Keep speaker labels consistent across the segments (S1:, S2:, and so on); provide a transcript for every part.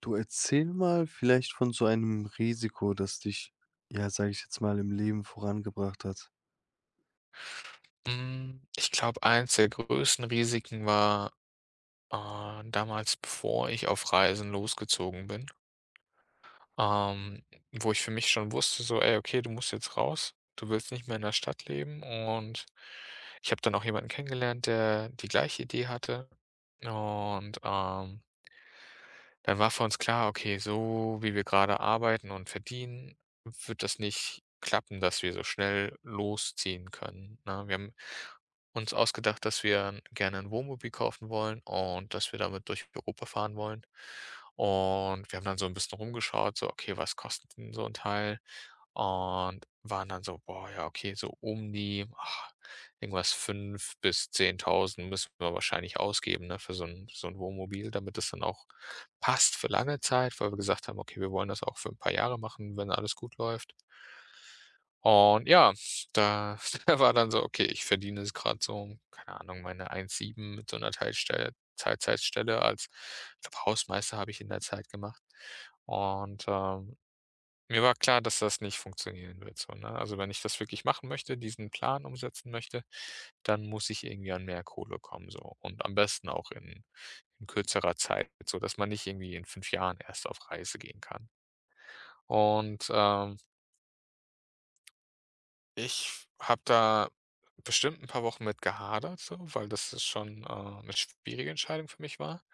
S1: Du erzähl mal vielleicht von so einem Risiko, das dich, ja, sage ich jetzt mal, im Leben vorangebracht hat.
S2: Ich glaube, eins der größten Risiken war, damals, bevor ich auf Reisen losgezogen bin, ähm, wo ich für mich schon wusste so: „Ey, okay, du musst jetzt raus. Du willst nicht mehr in der Stadt leben." Und ich habe dann auch jemanden kennengelernt, der die gleiche Idee hatte und, dann war für uns klar: Okay, so wie wir gerade arbeiten und verdienen, wird das nicht klappen, dass wir so schnell losziehen können, ne? Wir haben uns ausgedacht, dass wir gerne ein Wohnmobil kaufen wollen und dass wir damit durch Europa fahren wollen. Und wir haben dann so ein bisschen rumgeschaut, so: „Okay, was kostet denn so ein Teil?" und waren dann so: „Boah, ja, okay, so um die, irgendwas 5 bis 10.000 müssen wir wahrscheinlich ausgeben, ne, für so ein Wohnmobil, damit das dann auch passt für lange Zeit", weil wir gesagt haben: „Okay, wir wollen das auch für ein paar Jahre machen, wenn alles gut läuft." Und ja, da da war dann so: „Okay, ich verdiene es gerade so, keine Ahnung, meine 1,7 mit so einer Teilstell Teilzeitstelle als", ich glaube, Hausmeister habe ich in der Zeit gemacht. Und, mir war klar, dass das nicht funktionieren wird so, ne? Also, wenn ich das wirklich machen möchte, diesen Plan umsetzen möchte, dann muss ich irgendwie an mehr Kohle kommen so und am besten auch in kürzerer Zeit, so dass man nicht irgendwie in 5 Jahren erst auf Reise gehen kann. Und, ich habe da bestimmt ein paar Wochen mit gehadert so, weil das ist schon 'ne schwierige Entscheidung für mich war.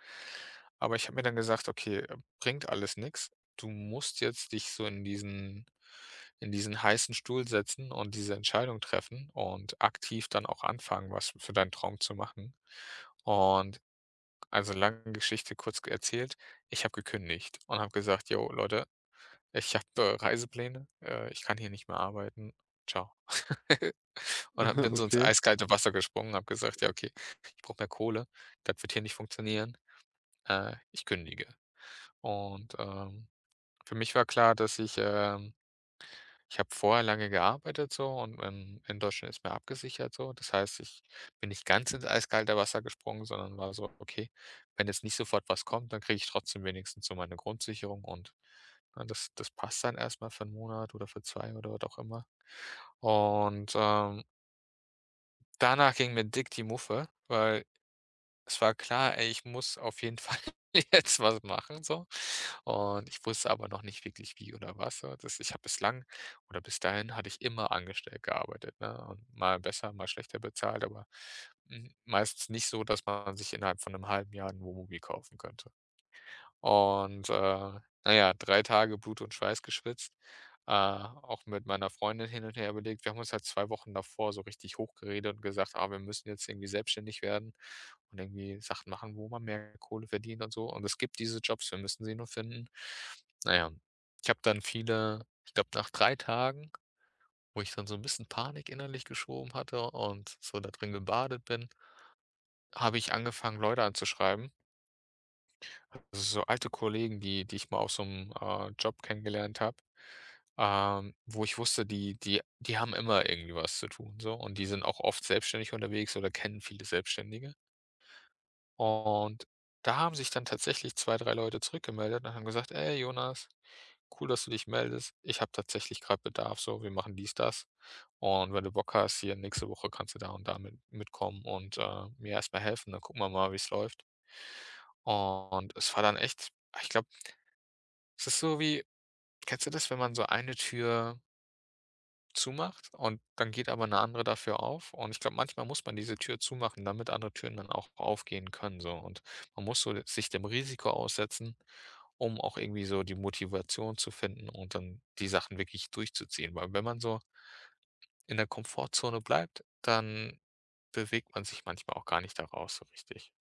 S2: Aber ich habe mir dann gesagt: „Okay, bringt alles nichts. Du musst jetzt dich so in diesen heißen Stuhl setzen und diese Entscheidung treffen und aktiv dann auch anfangen, was für deinen Traum zu machen." Und also, lange Geschichte kurz g erzählt, ich habe gekündigt und habe gesagt: „Yo, Leute, ich habe Reisepläne, ich kann hier nicht mehr arbeiten. Ciao." Und ha
S1: Aha,
S2: bin so ins
S1: okay.
S2: eiskalte Wasser gesprungen, habe gesagt: „Ja, okay, ich brauche mehr Kohle. Das wird hier nicht funktionieren. Ich kündige." Und, für mich war klar, dass ich, ich habe vorher lange gearbeitet so und, in Deutschland ist man abgesichert so. Das heißt, ich bin nicht ganz ins eiskalte Wasser gesprungen, sondern war so: „Okay, wenn jetzt nicht sofort was kommt, dann kriege ich trotzdem wenigstens so meine Grundsicherung und, ne, das passt dann erst mal für 'n Monat oder für 2 oder was auch immer." Und, danach ging mir dick die Muffe, weil es war klar, ey, ich muss auf jeden Fall jetzt was machen so. Und ich wusste aber noch nicht wirklich wie oder was so. Das ich habe bislang oder bis dahin hatte ich immer angestellt gearbeitet, ne? Und mal besser, mal schlechter bezahlt, aber, meistens nicht so, dass man sich innerhalb von einem halben Jahr ein Wohnmobil kaufen könnte. Und, na ja, Tage Blut und Schweiß geschwitzt, auch mit meiner Freundin hin und her überlegt. Wir haben uns halt 2 Wochen davor so richtig hochgeredet und gesagt: „Ah, wir müssen jetzt irgendwie selbstständig werden und irgendwie Sachen machen, wo man mehr Kohle verdient und so. Und es gibt diese Jobs, wir müssen sie nur finden." Naja, ich habe dann viele ich glaube, nach 3 Tagen, wo ich dann so ein bisschen Panik innerlich geschoben hatte und so da drin gebadet bin, habe ich angefangen, Leute anzuschreiben. Also, so alte Kollegen, die die ich mal aus so 'nem, Job kennengelernt habe, wo ich wusste, die haben immer irgendwie was zu tun so und die sind auch oft selbstständig unterwegs oder kennen viele Selbstständige. Und da haben sich dann tatsächlich 2 3 Leute zurückgemeldet und haben gesagt: „Ey, Jonas, cool, dass du dich meldest. Ich habe tatsächlich gerade Bedarf so, wir machen dies, das. Und wenn du Bock hast, hier nächste Woche kannst du da und da mitkommen und, mir erstmal helfen, dann gucken wir mal, wie es läuft." Und es war dann echt, ich glaube, es ist so wie: Kennst du das, wenn man so eine Tür zumacht und dann geht aber eine andere dafür auf? Und ich glaube, manchmal muss man diese Tür zumachen, damit andere Türen dann auch aufgehen können so. Und man muss so sich dem Risiko aussetzen, um auch irgendwie so die Motivation zu finden und dann die Sachen wirklich durchzuziehen. Weil wenn man so in der Komfortzone bleibt, dann bewegt man sich manchmal auch gar nicht da raus so richtig.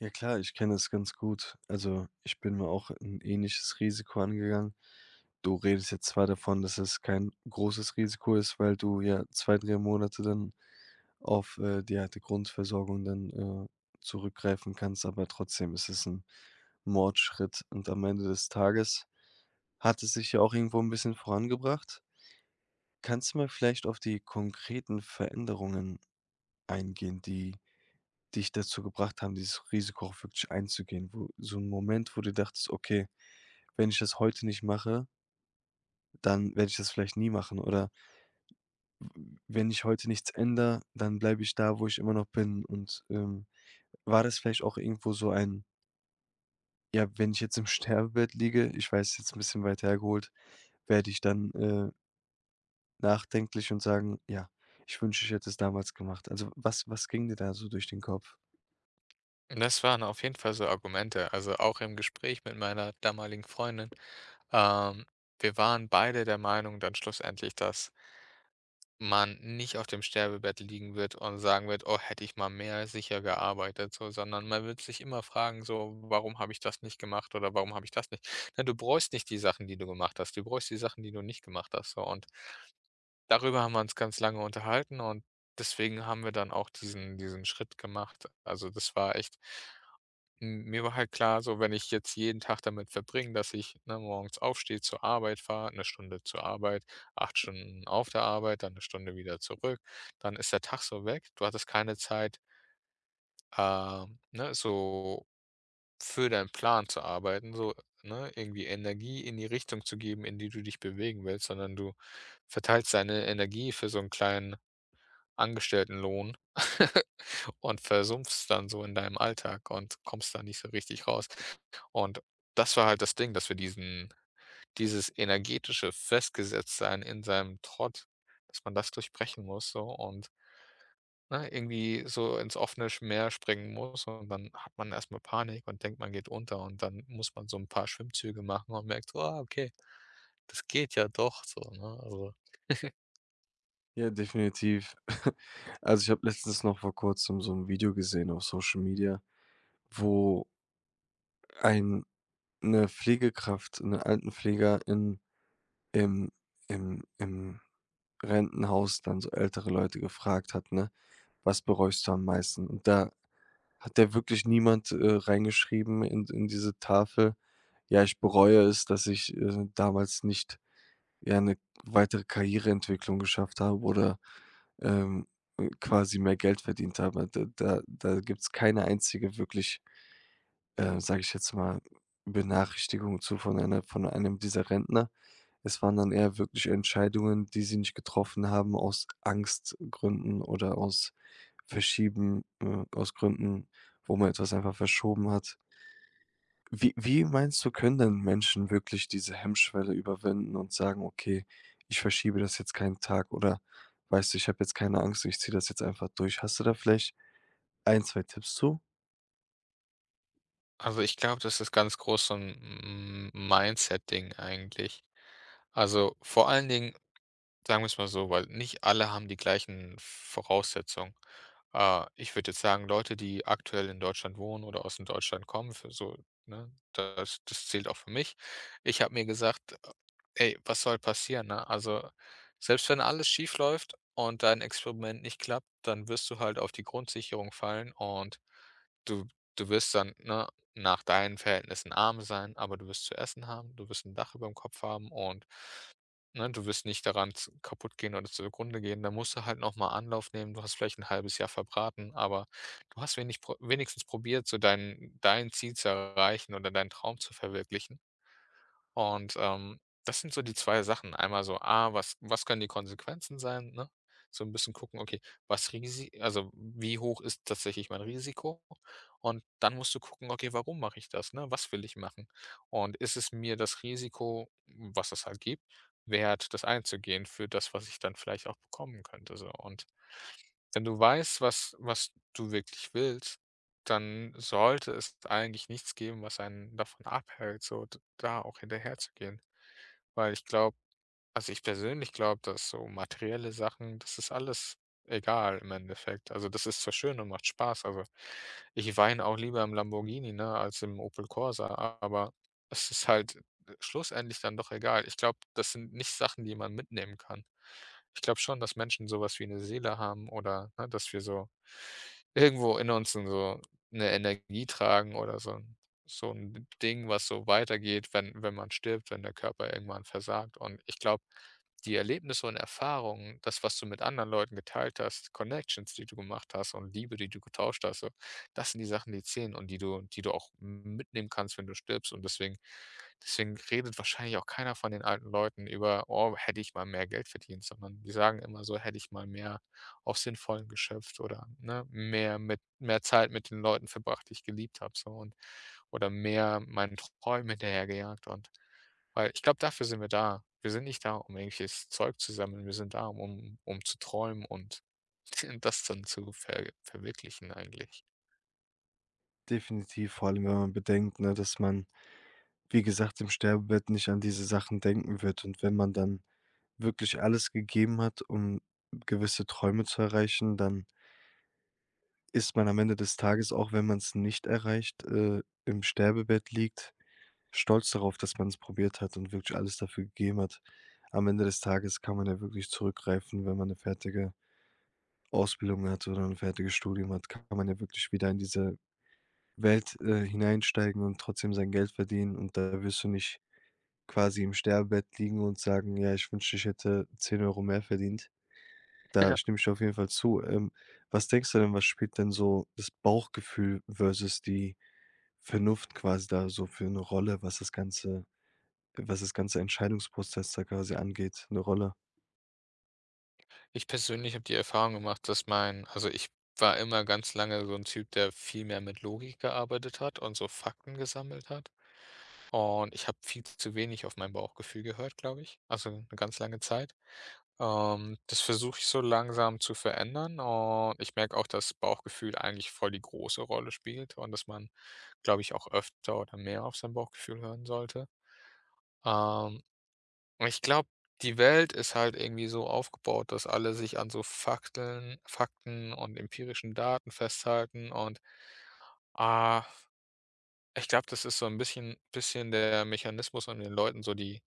S1: Ja klar, ich kenne es ganz gut. Also, ich bin mir auch ein ähnliches Risiko angegangen. Du redest jetzt zwar davon, dass es kein großes Risiko ist, weil du ja 2, 3 Monate dann auf, die Grundversorgung dann, zurückgreifen kannst, aber trotzdem ist es ein Mordschritt und am Ende des Tages hat es sich ja auch irgendwo ein bisschen vorangebracht? Kannst du mal vielleicht auf die konkreten Veränderungen eingehen, die dich dazu gebracht haben, dieses Risiko auch wirklich einzugehen? Wo so ein Moment, wo du dachtest: „Okay, wenn ich das heute nicht mache, dann werde ich das vielleicht nie machen.“ Oder: „W wenn ich heute nichts ändere, dann bleibe ich da, wo ich immer noch bin.“ Und, war das vielleicht auch irgendwo so ein: „Ja, wenn ich jetzt im Sterbebett liege“ ich weiß, jetzt ein bisschen weit hergeholt, „werde ich dann“ nachdenklich und sagen: „Ja, ich wünsche ich hätte es damals gemacht.“ Also, was ging dir da so durch den Kopf?
S2: Das waren auf jeden Fall so Argumente. Also auch im Gespräch mit meiner damaligen Freundin. Ähm, wir waren beide der Meinung dann schlussendlich, dass man nicht auf dem Sterbebett liegen wird und sagen wird, oh, hätte ich mal mehr sicher gearbeitet, so, sondern man wird sich immer fragen, so, warum habe ich das nicht gemacht oder warum habe ich das nicht? Na, du bräuchst nicht die Sachen, die du gemacht hast, du bräuchst die Sachen, die du nicht gemacht hast, so, und darüber haben wir uns ganz lange unterhalten, und deswegen haben wir dann auch diesen Schritt gemacht. Also, das war echt, m mir war halt klar, so wenn ich jetzt jeden Tag damit verbringe, dass ich, ne, morgens aufstehe, zur Arbeit fahre, eine Stunde zur Arbeit, 8 Stunden auf der Arbeit, dann eine Stunde wieder zurück, dann ist der Tag so weg. Du hattest keine Zeit, ne, so für deinen Plan zu arbeiten, so, ne, irgendwie Energie in die Richtung zu geben, in die du dich bewegen willst, sondern du verteilst deine Energie für so einen kleinen Angestelltenlohn und versumpfst dann so in deinem Alltag und kommst da nicht so richtig raus. Und das war halt das Ding, dass wir diesen dieses energetische Festgesetztsein in seinem Trott, dass man das durchbrechen muss so und, ne, irgendwie so ins offene Meer springen muss und dann hat man erst mal Panik und denkt, man geht unter und dann muss man so ein paar Schwimmzüge machen und merkt: „Ah, okay, das geht ja doch so", ne? Also,
S1: Ja, definitiv. Also, ich habe letztens noch vor Kurzem so ein Video gesehen auf Social Media, wo ein 'ne Pflegekraft eine Altenpfleger in im im Rentenhaus dann so ältere Leute gefragt hat, ne: „Was bereust du am meisten?“ Und da hat der wirklich niemand, reingeschrieben in diese Tafel: „Ja, ich bereue es, dass ich, damals nicht ja eine weitere Karriereentwicklung geschafft haben oder, ähm, quasi mehr Geld verdient haben. Da gibt's keine einzige wirklich, sage ich jetzt mal, Benachrichtigung zu von einer von einem dieser Rentner. Es waren dann eher wirklich Entscheidungen, die sie nicht getroffen haben aus Angstgründen oder aus Verschieben aus Gründen, wo man etwas einfach verschoben hat. Wie meinst du, können denn Menschen wirklich diese Hemmschwelle überwinden und sagen: „Okay, ich verschiebe das jetzt keinen Tag“ oder „Weißt du, ich habe jetzt keine Angst, ich ziehe das jetzt einfach durch.“ Hast du da vielleicht ein, zwei Tipps zu?
S2: ich glaube, das ist ganz groß so ein M Mindset-Ding eigentlich. Also, vor allen Dingen, sagen wir es mal so, weil nicht alle haben die gleichen Voraussetzungen. Ich würde jetzt sagen, Leute, die aktuell in Deutschland wohnen oder ausm Deutschland kommen, für so, ne, das zählt auch für mich. Ich habe mir gesagt: „Ey, was soll passieren", ne? Also, selbst wenn alles schief läuft und dein Experiment nicht klappt, dann wirst du halt auf die Grundsicherung fallen, und du du wirst dann, ne, nach deinen Verhältnissen arm sein, aber du wirst zu essen haben, du wirst ein Dach über dem Kopf haben, und ne, du wirst nicht daran zu, kaputt gehen oder zugrunde gehen. Da musst du halt nochmal Anlauf nehmen. Du hast vielleicht ein halbes Jahr verbraten, aber du hast wenigstens probiert, so dein Ziel zu erreichen oder deinen Traum zu verwirklichen. Und, das sind so die 2 Sachen. Einmal so, was können die Konsequenzen sein, ne? So ein bisschen gucken, okay, was Risi also, wie hoch ist tatsächlich mein Risiko? Und dann musst du gucken, okay, warum mache ich das, ne? Was will ich machen? Und ist es mir das Risiko, was es halt gibt, wert, das einzugehen für das, was ich dann vielleicht auch bekommen könnte so? Und wenn du weißt, was du wirklich willst, dann sollte es eigentlich nichts geben, was einen davon abhält, so d da auch hinterherzugehen. Weil ich glaube, also, ich persönlich glaube, dass so materielle Sachen das ist alles egal im Endeffekt. Also, das ist zwar schön und macht Spaß, also, ich weine auch lieber im Lamborghini, ne, als im Opel Corsa, aber es ist halt schlussendlich dann doch egal. Ich glaube, das sind nicht Sachen, die man mitnehmen kann. Ich glaube schon, dass Menschen sowas wie eine Seele haben oder, ne, dass wir so irgendwo in uns so eine Energie tragen oder so, so ein Ding, was so weitergeht, wenn man stirbt, wenn der Körper irgendwann versagt. Und ich glaube, die Erlebnisse und Erfahrungen, das, was du mit anderen Leuten geteilt hast, Connections, die du gemacht hast und Liebe, die du getauscht hast, so, das sind die Sachen, die zählen und die du auch mitnehmen kannst, wenn du stirbst. Und deswegen redet wahrscheinlich auch keiner von den alten Leuten über: „Oh, hätte ich mal mehr Geld verdient", sondern die sagen immer so: „Hätte ich mal mehr auf sinnvollen Vollen geschöpft" oder, ne, mehr Zeit mit den Leuten verbracht, die ich geliebt habe", so und oder mehr meinen Träumen hinterhergejagt, und weil ich glaube, dafür sind wir da. Wir sind nicht da, um irgendwelches Zeug zu sammeln. Wir sind da, um zu träumen und das dann zu verwirklichen eigentlich.
S1: Definitiv, vor allem, wenn man bedenkt, ne, dass man, wie gesagt, im Sterbebett nicht an diese Sachen denken wird. Und wenn man dann wirklich alles gegeben hat, um gewisse Träume zu erreichen, dann ist man am Ende des Tages, auch wenn man es nicht erreicht, im Sterbebett liegt stolz darauf, dass man es probiert hat und wirklich alles dafür gegeben hat. Am Ende des Tages kann man ja wirklich zurückgreifen, wenn man eine fertige Ausbildung hat oder ein fertiges Studium hat, kann man ja wirklich wieder in diese Welt, hineinsteigen und trotzdem sein Geld verdienen und da wirst du nicht quasi im Sterbebett liegen und sagen: „Ja, ich wünschte, ich hätte 10 Euro mehr verdient.“ Da
S2: Ja.
S1: stimme ich dir auf jeden Fall zu. Was denkst du denn, was spielt denn so das Bauchgefühl versus die Vernunft quasi da so für eine Rolle, was das ganze Entscheidungsprozess da quasi angeht, eine Rolle.
S2: Ich persönlich habe die Erfahrung gemacht, dass mein also, ich war immer ganz lange so ein Typ, der viel mehr mit Logik gearbeitet hat und so Fakten gesammelt hat. Und ich habe viel zu wenig auf mein Bauchgefühl gehört, glaube ich, also eine ganz lange Zeit. Das versuche ich so langsam zu verändern, und ich merke auch, dass Bauchgefühl eigentlich voll die große Rolle spielt und dass man, glaube ich, auch öfter oder mehr auf sein Bauchgefühl hören sollte. Ähm, und ich glaube, die Welt ist halt irgendwie so aufgebaut, dass alle sich an so Fakten, Fakten und empirischen Daten festhalten und ah, ich glaube, das ist so ein bisschen der Mechanismus, um den Leuten so die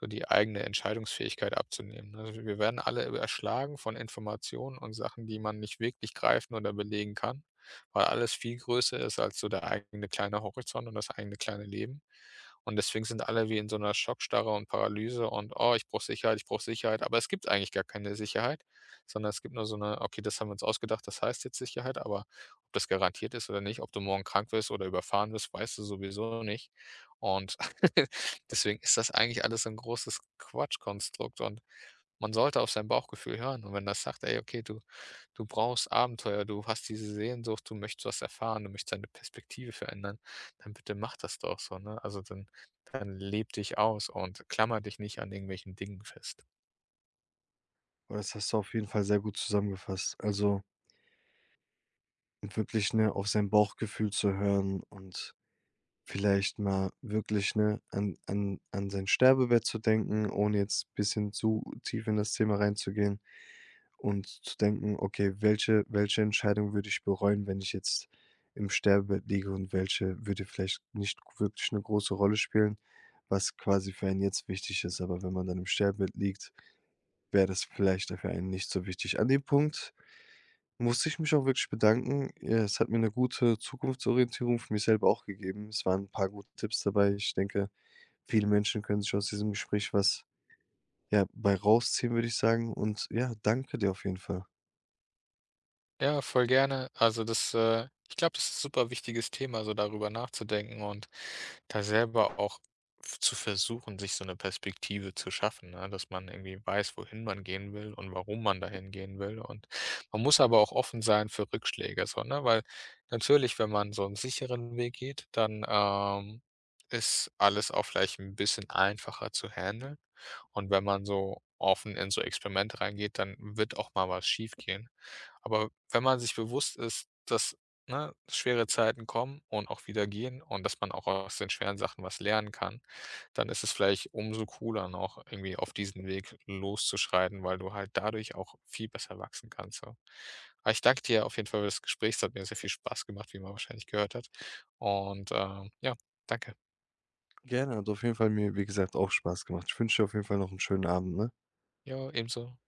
S2: so die eigene Entscheidungsfähigkeit abzunehmen, ne? Also, wir werden alle erschlagen von Informationen und Sachen, die man nicht wirklich greifen oder belegen kann, weil alles viel größer ist als so der eigene kleine Horizont und das eigene kleine Leben. Und deswegen sind alle wie in so einer Schockstarre und Paralyse und: „Oh, ich brauche Sicherheit, ich brauche Sicherheit." Aber es gibt eigentlich gar keine Sicherheit, sondern es gibt nur so eine: „Okay, das haben wir uns ausgedacht, das heißt jetzt Sicherheit, aber das garantiert ist oder nicht, ob du morgen krank wirst oder überfahren wirst, weißt du sowieso nicht." Und deswegen ist das eigentlich alles ein großes Quatschkonstrukt und man sollte auf sein Bauchgefühl hören. Und wenn das sagt: „Ey, okay, du brauchst Abenteuer, du hast diese Sehnsucht, du möchtest was erfahren, du möchtest deine Perspektive verändern", dann bitte mach das doch so, ne? Also, dann lebe dich aus und klammer dich nicht an irgendwelchen Dingen fest.
S1: Aber das hast du auf jeden Fall sehr gut zusammengefasst. Also, wirklich, ne, auf sein Bauchgefühl zu hören und vielleicht mal wirklich, ne, an sein Sterbebett zu denken, ohne jetzt ein bisschen zu tief in das Thema reinzugehen und zu denken: „Okay, welche Entscheidung würde ich bereuen, wenn ich jetzt im Sterbebett liege und welche würde vielleicht nicht wirklich eine große Rolle spielen, was quasi für einen jetzt wichtig ist.“ Aber wenn man dann im Sterbebett liegt wäre das vielleicht der Verein nicht so wichtig. An dem Punkt musste ich mich auch wirklich bedanken. Ja, es hat mir eine gute Zukunftsorientierung für mich selber auch gegeben. Es waren ein paar gute Tipps dabei. Ich denke, viele Menschen können sich aus diesem Gespräch was, ja, bei rausziehen, würde ich sagen. Und ja, danke dir auf jeden Fall.
S2: Ja, voll gerne. Also, das, ich glaube, das ist 'n super wichtiges Thema, so darüber nachzudenken und da selber auch f zu versuchen, sich so eine Perspektive zu schaffen, ne, dass man irgendwie weiß, wohin man gehen will und warum man dahin gehen will. Und man muss aber auch offen sein für Rückschläge so, ne? Weil natürlich, wenn man so einen sicheren Weg geht, dann ist alles auch vielleicht ein bisschen einfacher zu handeln. Und wenn man so offen in so Experimente reingeht, dann wird auch mal was schief gehen. Aber wenn man sich bewusst ist, dass, ne, schwere Zeiten kommen und auch wieder gehen und dass man auch aus den schweren Sachen was lernen kann, dann ist es vielleicht umso cooler noch irgendwie auf diesen Weg loszuschreiten, weil du halt dadurch auch viel besser wachsen kannst so. Aber ich danke dir auf jeden Fall für das Gespräch. Es hat mir sehr viel Spaß gemacht, wie man wahrscheinlich gehört hat. Und, ja, danke.
S1: Gerne, hat auf jeden Fall mir, wie gesagt, auch Spaß gemacht. Ich wünsche dir auf jeden Fall noch einen schönen Abend, ne?
S2: Ja, ebenso.